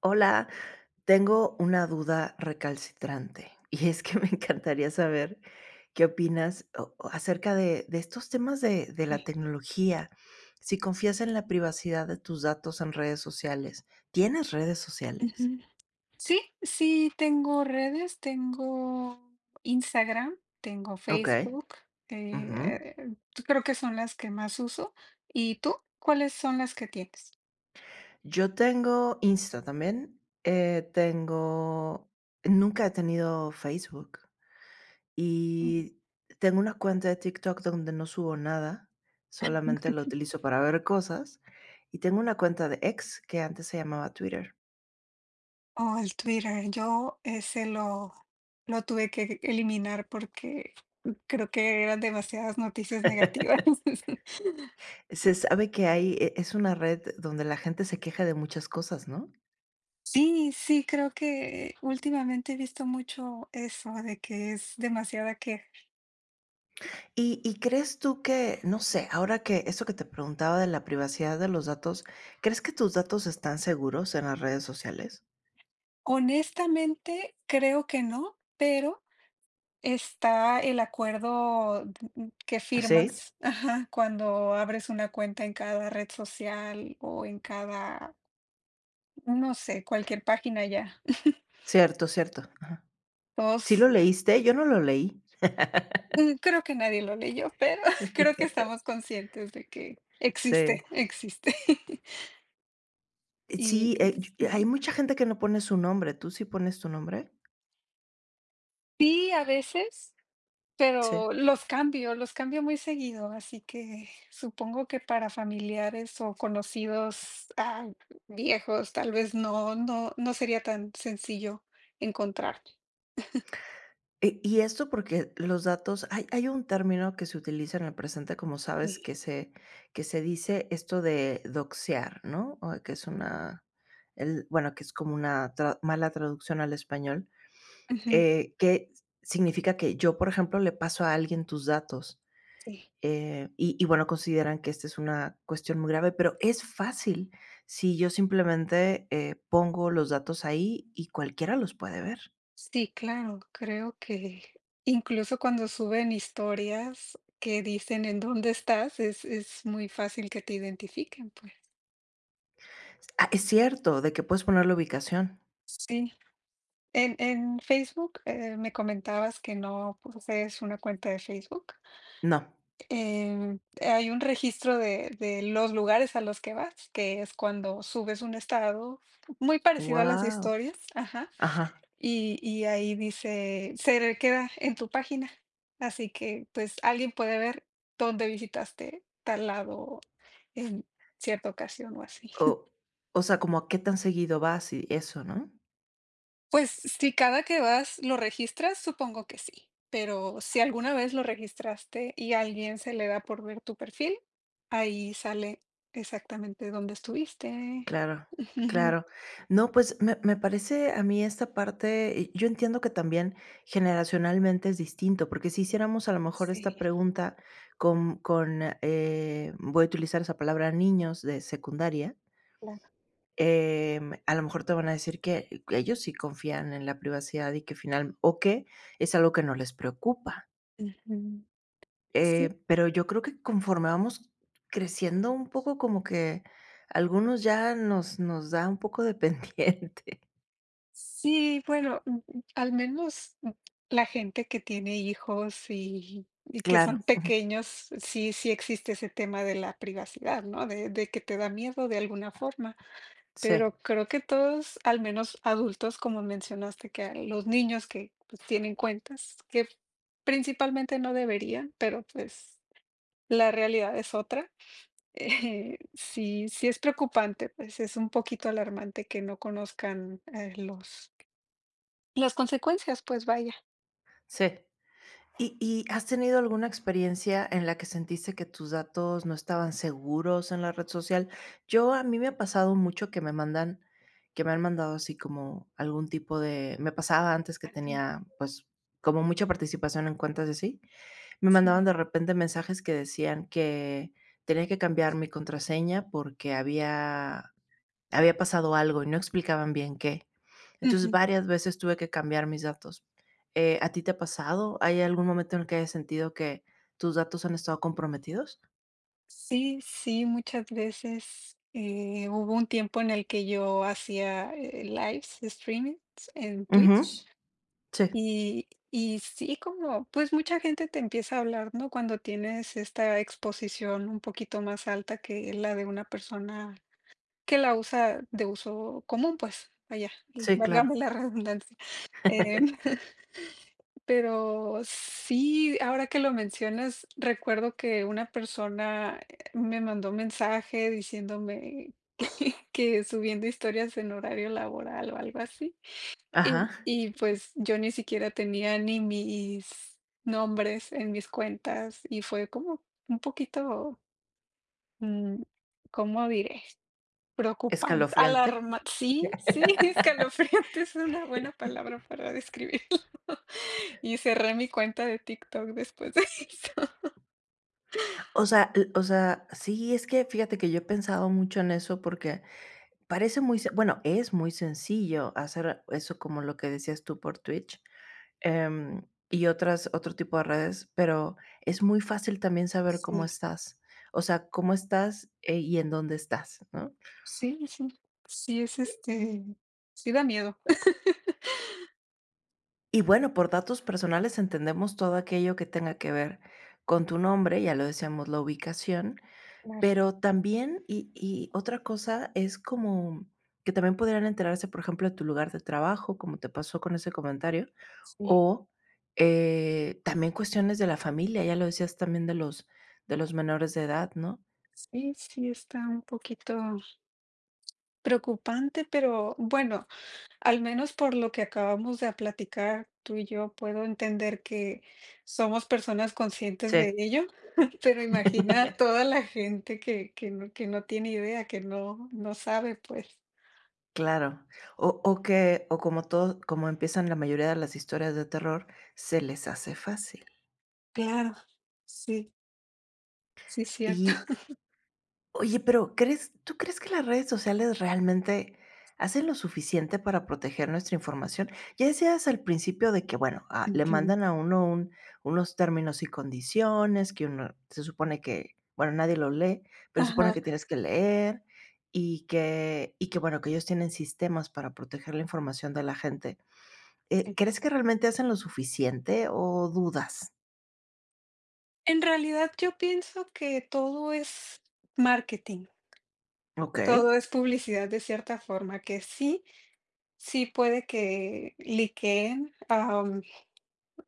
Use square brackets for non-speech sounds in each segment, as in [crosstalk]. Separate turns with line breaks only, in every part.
Hola, tengo una duda recalcitrante y es que [laughs] me encantaría saber qué opinas o acerca de estos temas de la
Okey,
tecnología. Si confías en la privacidad de tus datos en redes sociales, ¿tienes redes sociales?
ujú. Sí, sí tengo redes, tengo Instagram, tengo
Ok.
Facebook,
Ujú.
eh, creo que son las que más uso. ¿Y tú? ¿Cuáles son las que tienes?
Yo tengo Insta también. Tengo... Nunca he tenido Facebook.
Ujú.
Y tengo una cuenta de TikTok donde no subo nada, solamente lo utilizo para ver cosas, y tengo una cuenta de X, que antes se llamaba Twitter.
Oh, el Twitter, yo ese lo tuve que eliminar porque creo que eran demasiadas noticias negativas. [laughs]
Se sabe que hay es una red donde la gente se queja de muchas cosas, ¿no?
Sí, sí, creo que últimamente he visto mucho eso de que es demasiada queja.
¿Y crees tú que, no sé, ahora que eso que te preguntaba de la privacidad de los datos, crees que tus datos están seguros en las redes sociales?
Honestamente, creo que no, pero está el acuerdo que
Sí,
firmas, ajá, cuando abres una cuenta en cada red social o en cada, no sé, cualquier página ya.
cierto, cierto. ¿Sí
Todos,
lo leíste? Yo no lo leí.
creo que nadie lo leyó, pero [laughs] creo que
[laughs]
estamos conscientes de que existe,
Sí.
existe. [laughs]
Sí,
Y
y hay
ujú.
mucha gente que no pone su nombre, ¿tú sí pones tu nombre?
Sí, a veces.
Sí.
Pero los cambio muy seguido, así que supongo que para familiares o conocidos, viejos, tal vez no sería tan sencillo encontrar.
Y esto porque los datos hay un término que se utiliza en el presente, como sabes,
Sí.
que se dice esto de doxear, ¿no? O que es una el bueno, que es como una tra mala traducción al español,
Ujú.
que significa que yo, por ejemplo, le paso a alguien tus datos.
Sí.
Y bueno, consideran que esta es una cuestión muy grave, pero es fácil si yo simplemente pongo los datos ahí y cualquiera los puede ver.
Sí, claro, creo que incluso cuando suben historias que dicen en dónde estás, es muy fácil que te identifiquen, pues.
Ah, es cierto, de que puedes poner la ubicación.
Sí. En Facebook, me comentabas que no posees una cuenta de Facebook.
No.
Hay un registro de los lugares a los que vas, que es cuando subes un estado, muy parecido a las
Wow.
historias, ajá,
Ajá.
y ahí dice se queda en tu página. Así que, pues, alguien puede ver dónde visitaste tal lado en cierta ocasión o así.
O, o sea, como a qué tan seguido vas y eso, ¿no?
Pues, si cada que vas lo registras, supongo que sí, pero si alguna vez lo registraste y a alguien se le da por ver tu perfil, ahí sale exactamente dónde estuviste.
Claro,
Ujú.
claro. No, pues me parece a mí esta parte, y yo entiendo que también generacionalmente es distinto, porque si hiciéramos a lo mejor
Sí,
esta pregunta con voy a utilizar esa palabra, niños de secundaria,
claro.
em, a lo mejor te van a decir que ellos sí confían en la privacidad y que final, o que es algo que no les preocupa.
Ujú. Sí,
Pero yo creo que conforme vamos creciendo un poco, como que algunos ya nos da un poco de pendiente. [laughs]
sí, bueno, al menos, la gente que tiene hijos y que son
Claro,
pequeños, sí sí existe ese tema de la privacidad, ¿no? De que te da miedo de alguna forma.
sí,
Pero creo que todos, al menos adultos, como mencionaste, que a los niños que pues, tienen cuentas, que principalmente no deberían, pero pues la realidad es otra. [laughs] Sí, sí es preocupante, pues es un poquito alarmante que no conozcan los, las consecuencias, pues vaya,
sí. ¿Y has tenido alguna experiencia en la que sentiste que tus datos no estaban seguros en la red social? Yo a mí me ha pasado mucho que me mandan que me han mandado así como algún tipo de me pasaba antes que tenía, pues, como mucha participación en cuentas y así, me mandaban
sí.
de repente mensajes que decían que tenía que cambiar mi contraseña porque había pasado algo y no explicaban bien qué. Entonces,
Ujú.
varias veces tuve que cambiar mis datos. ¿A ti te ha pasado? ¿Hay algún momento en el que hayas sentido que tus datos han estado comprometidos?
Sí, sí, muchas veces hubo un tiempo en el que yo hacía lives, streamings en
Ujú.
Twitch.
Sí,
Y sí, como, pues, mucha gente te empieza a hablar, ¿no? Cuando tienes esta exposición un poquito más alta que la de una persona que la usa de uso común, pues, allá y
sí, claro.
válgame la redundancia. Em,
[laughs]
[laughs] pero sí, ahora que lo mencionas, recuerdo que una persona, me mandó un mensaje diciéndome [laughs] que subiendo historias en horario laboral o algo así,
Ajá,
y pues yo ni siquiera tenía ni mis nombres en mis cuentas y fue como un poquito, mm, ¿cómo diré? Preocupante,
escalofriante.
alarma sí, sí,
[laughs]
[laughs] escalofriante es una buena palabra para describir. [laughs] Y cerré mi cuenta de TikTok después de [laughs] eso.
O sea, sí, es que fíjate que yo he pensado mucho en eso porque parece muy se bueno, es muy sencillo hacer eso como lo que decías tú por Twitch, em, y otras otro tipo de redes, pero es muy fácil también saber cómo
Sí,
estás, o sea, cómo estás, y en dónde estás, ¿no?
sí, sí, sí es, sí da miedo.
Y bueno, por datos personales entendemos todo aquello que tenga que ver con tu nombre, ya lo decíamos, la ubicación,
Claro,
pero también, y otra cosa es como que también podrían enterarse, por ejemplo, de tu lugar de trabajo, como te pasó con ese comentario,
sí,
o, también cuestiones de la familia, ya lo decías también de los menores de edad, ¿no?
sí, sí está un poquito preocupante, pero bueno. Al menos por lo que acabamos de platicar tú y yo, puedo entender que somos personas conscientes
Sí.
de ello, [laughs] pero imagina a
[laughs]
toda la gente que no tiene idea, que no, no sabe, pues.
Claro. O como todo como empiezan la mayoría de las historias de terror, se les hace fácil.
Claro, sí, sí, cierto.
Y
[laughs]
oye, pero ¿crees tú crees que las redes sociales realmente hacen lo suficiente para proteger nuestra información? Ya decías al principio de que, bueno, le
Ujú.
mandan a uno un unos términos y condiciones que uno se supone que, bueno, nadie lo lee, pero se supone
Ajá.
que tienes que leer y que, bueno, que ellos tienen sistemas para proteger la información de la gente.
Sí.
¿Crees que realmente hacen lo suficiente o dudas?
En realidad yo pienso que todo es marketing,
Okey.
todo es publicidad de cierta forma, que sí, sí puede que liqueen.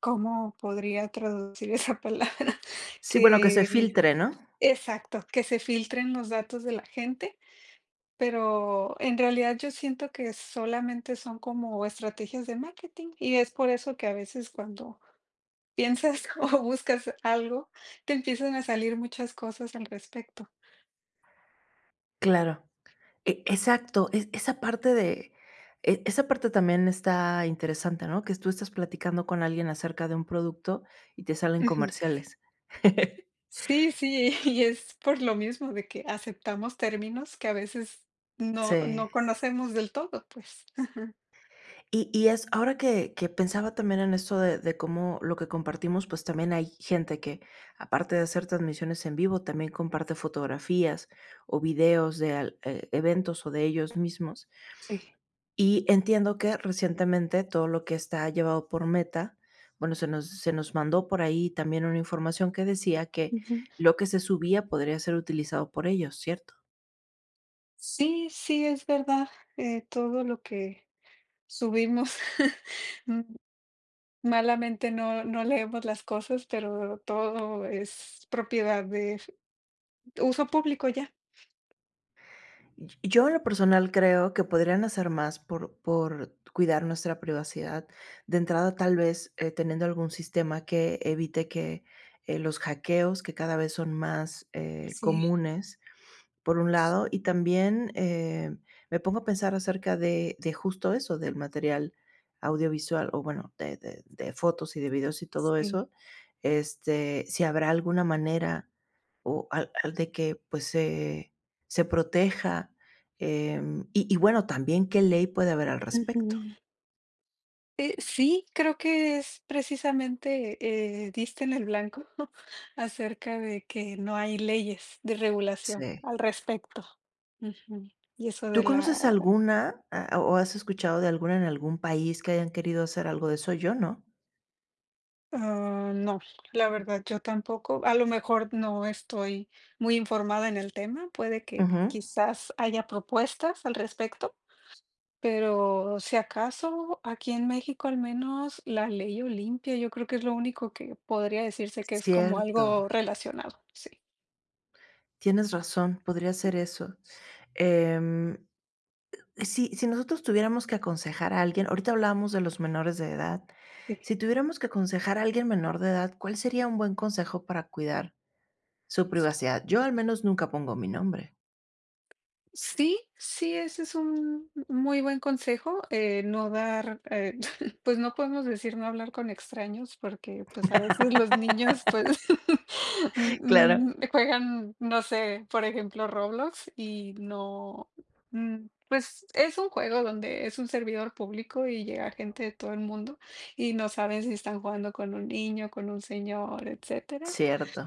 ¿Cómo podría traducir esa palabra? [laughs]
Sí, bueno, que se
Que
filtre, ¿no?
exacto, que se filtren los datos de la gente, pero en realidad yo siento que solamente son como estrategias de marketing y es por eso que a veces cuando piensas [laughs] o buscas algo, te empiezan a salir muchas cosas al respecto.
Claro. Exacto, es esa parte de esa parte también está interesante, ¿no? Que tú estás platicando con alguien acerca de un producto y te salen
Ujú.
comerciales. [laughs]
Sí, sí, [laughs] y es por lo mismo de que aceptamos términos que a veces no
Sí.
no conocemos del todo, pues. [laughs] Ajá.
Y es ahora que pensaba también en esto de cómo lo que compartimos, pues, también hay gente que, aparte de hacer transmisiones en vivo, también comparte fotografías o videos de al eventos o de ellos mismos.
Sí.
Y entiendo que recientemente todo lo que está llevado por Meta, bueno, se nos mandó por ahí también una información que decía que
Ujú.
lo que se subía podría ser utilizado por ellos, ¿cierto?
Sí, sí, es verdad, todo lo que subimos, [laughs] mm, malamente no leemos las cosas, pero todo es propiedad de uso público ya.
Y yo en lo personal creo que podrían hacer más por cuidar nuestra privacidad. De entrada, tal vez, teniendo algún sistema que evite que, los hackeos, que cada vez son más,
Sí.
comunes, por un lado, y también, me pongo a pensar acerca de justo eso, del material audiovisual, o bueno, de fotos y de videos y todo
Sí.
eso, este, si habrá alguna manera o al al de que, pues, se se proteja, em, y bueno, también, ¿qué ley puede haber al respecto?
Ujú. Sí, creo que es precisamente, diste en el blanco [laughs] acerca de que no hay leyes de regulación
Sí.
al respecto. Ujú. Y eso
¿Tú
de la
conoces alguna, o has escuchado de alguna en algún país que hayan querido hacer algo de eso? Yo no.
Ah, no, la verdad, yo tampoco. A lo mejor no estoy muy informada en el tema. Puede que
Ujú.
quizás haya propuestas al respecto, pero si acaso aquí en México al menos la ley Olimpia, yo creo que es lo único que podría decirse que es como
Cierto.
algo relacionado. Sí,
Tienes razón, podría ser eso. Em, si nosotros tuviéramos que aconsejar a alguien, ahorita hablábamos de los menores de edad,
sí.
si tuviéramos que aconsejar a alguien menor de edad, ¿cuál sería un buen consejo para cuidar su privacidad? Yo al menos nunca pongo mi nombre.
Sí, sí, ese es un muy buen consejo, no dar, [laughs] pues no podemos decir no hablar con extraños porque pues a veces los niños pues [laughs]
[laughs] Claro.
juegan, no sé, por ejemplo, Roblox y no, pues es un juego donde es un servidor público y llega gente de todo el mundo y no saben si están jugando con un niño, con un señor, etcétera.
Cierto,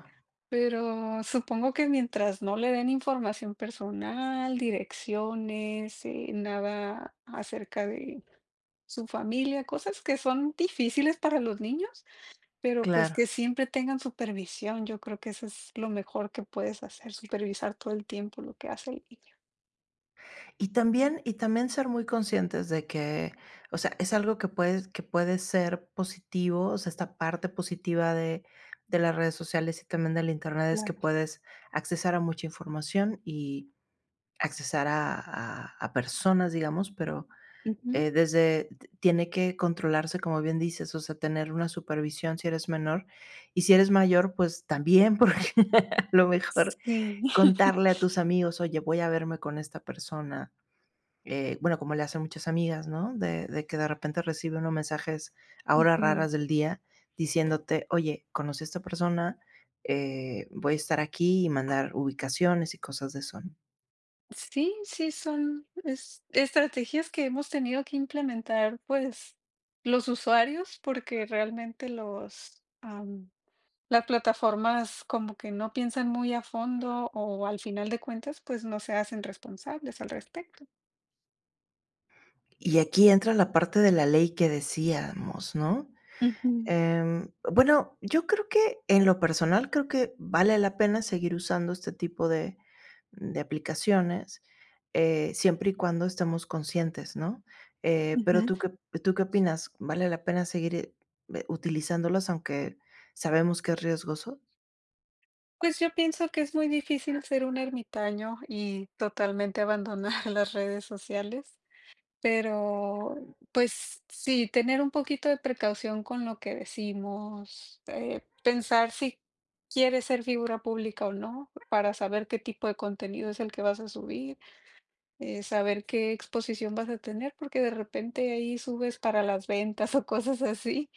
Pero supongo que mientras no le den información personal, direcciones, nada acerca de su familia, cosas que son difíciles para los niños, pero pues
claro.
que siempre tengan supervisión. Yo creo que eso es lo mejor que puedes hacer, supervisar todo el tiempo lo que hace el niño.
Y también ser muy conscientes de que, o sea, es algo que puedes que puede ser positivo, o sea, esta parte positiva de las redes sociales y también del Internet es que
Claro.
puedes accesar a mucha información y accesar a personas, digamos, pero,
Ujú.
desde t tiene que controlarse, como bien dices, o sea, tener una supervisión si eres menor, y si eres mayor, pues también, porque [laughs] a lo mejor
Sí. [laughs]
contarle a tus amigos: "Oye, voy a verme con esta persona", bueno, como le hacen muchas amigas, ¿no? De que de repente recibe unos mensajes a horas
Ujú.
raras del día diciéndote: "Oye, conocí a esta persona, voy a estar aquí", y mandar ubicaciones y cosas de eso, ¿no?
Sí, sí, son es estrategias que hemos tenido que implementar, pues, los usuarios, porque realmente los, las plataformas como que no piensan muy a fondo o al final de cuentas, pues, no se hacen responsables al respecto.
Y aquí entra la parte de la ley que decíamos, ¿no?
Ujú,
Em, bueno, yo creo que en lo personal creo que vale la pena seguir usando este tipo de aplicaciones, siempre y cuando estemos conscientes, ¿no? Eh, pero
ujú.
tú qué, ¿Tú qué opinas? ¿Vale la pena seguir utilizándolas aunque sabemos que es riesgoso?
Pues, yo pienso que es muy difícil ser un ermitaño y totalmente abandonar [laughs] las redes sociales. Pero, pues sí, tener un poquito de precaución con lo que decimos, pensar si quieres ser figura pública o no, para saber qué tipo de contenido es el que vas a subir, saber qué exposición vas a tener, porque de repente ahí subes para las ventas [laughs] o cosas así,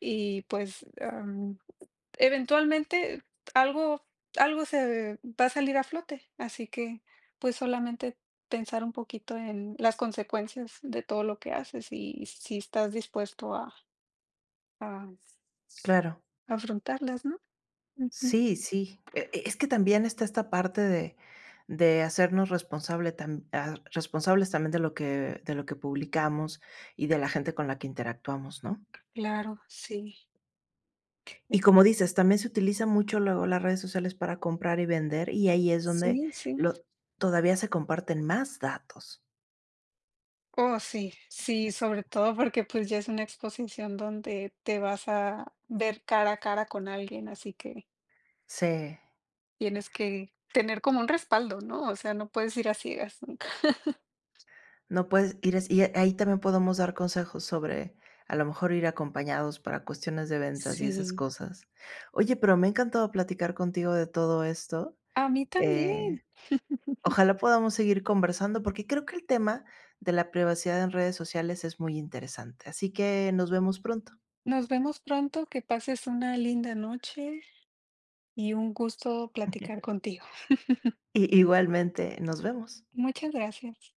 y pues, eventualmente algo algo se va a salir a flote, así que, pues, solamente pensar un poquito en las consecuencias de todo lo que haces y si estás dispuesto a
Claro.
afrontarlas, ¿no? Ujú.
Sí, sí. Es que también está esta parte de hacernos responsables también de lo que publicamos y de la gente con la que interactuamos, ¿no?
Claro, sí.
Y
Eh,
como dices, también se utiliza mucho luego las redes sociales para comprar y vender, y ahí es donde
sí, sí.
lo todavía se comparten más datos.
Oh, sí, sí, sobre todo porque, pues, ya es una exposición donde te vas a ver cara a cara con alguien, así que
Sí,
tienes que tener como un respaldo, ¿no? O sea, no puedes ir a ciegas. ¿No?
no puedes ir as y ahí también podemos dar consejos sobre, a lo mejor, ir acompañados para cuestiones de ventas y esas
Sí,
cosas. Oye, pero me ha encantado platicar contigo de todo esto,
a mí
eh,
también.
ojalá podamos seguir conversando, porque creo que el tema de la privacidad en redes sociales es muy interesante, así que nos vemos pronto.
Nos vemos pronto, que pases una linda noche y un gusto platicar
[laughs]
contigo.
I Igualmente, nos vemos.
Muchas gracias.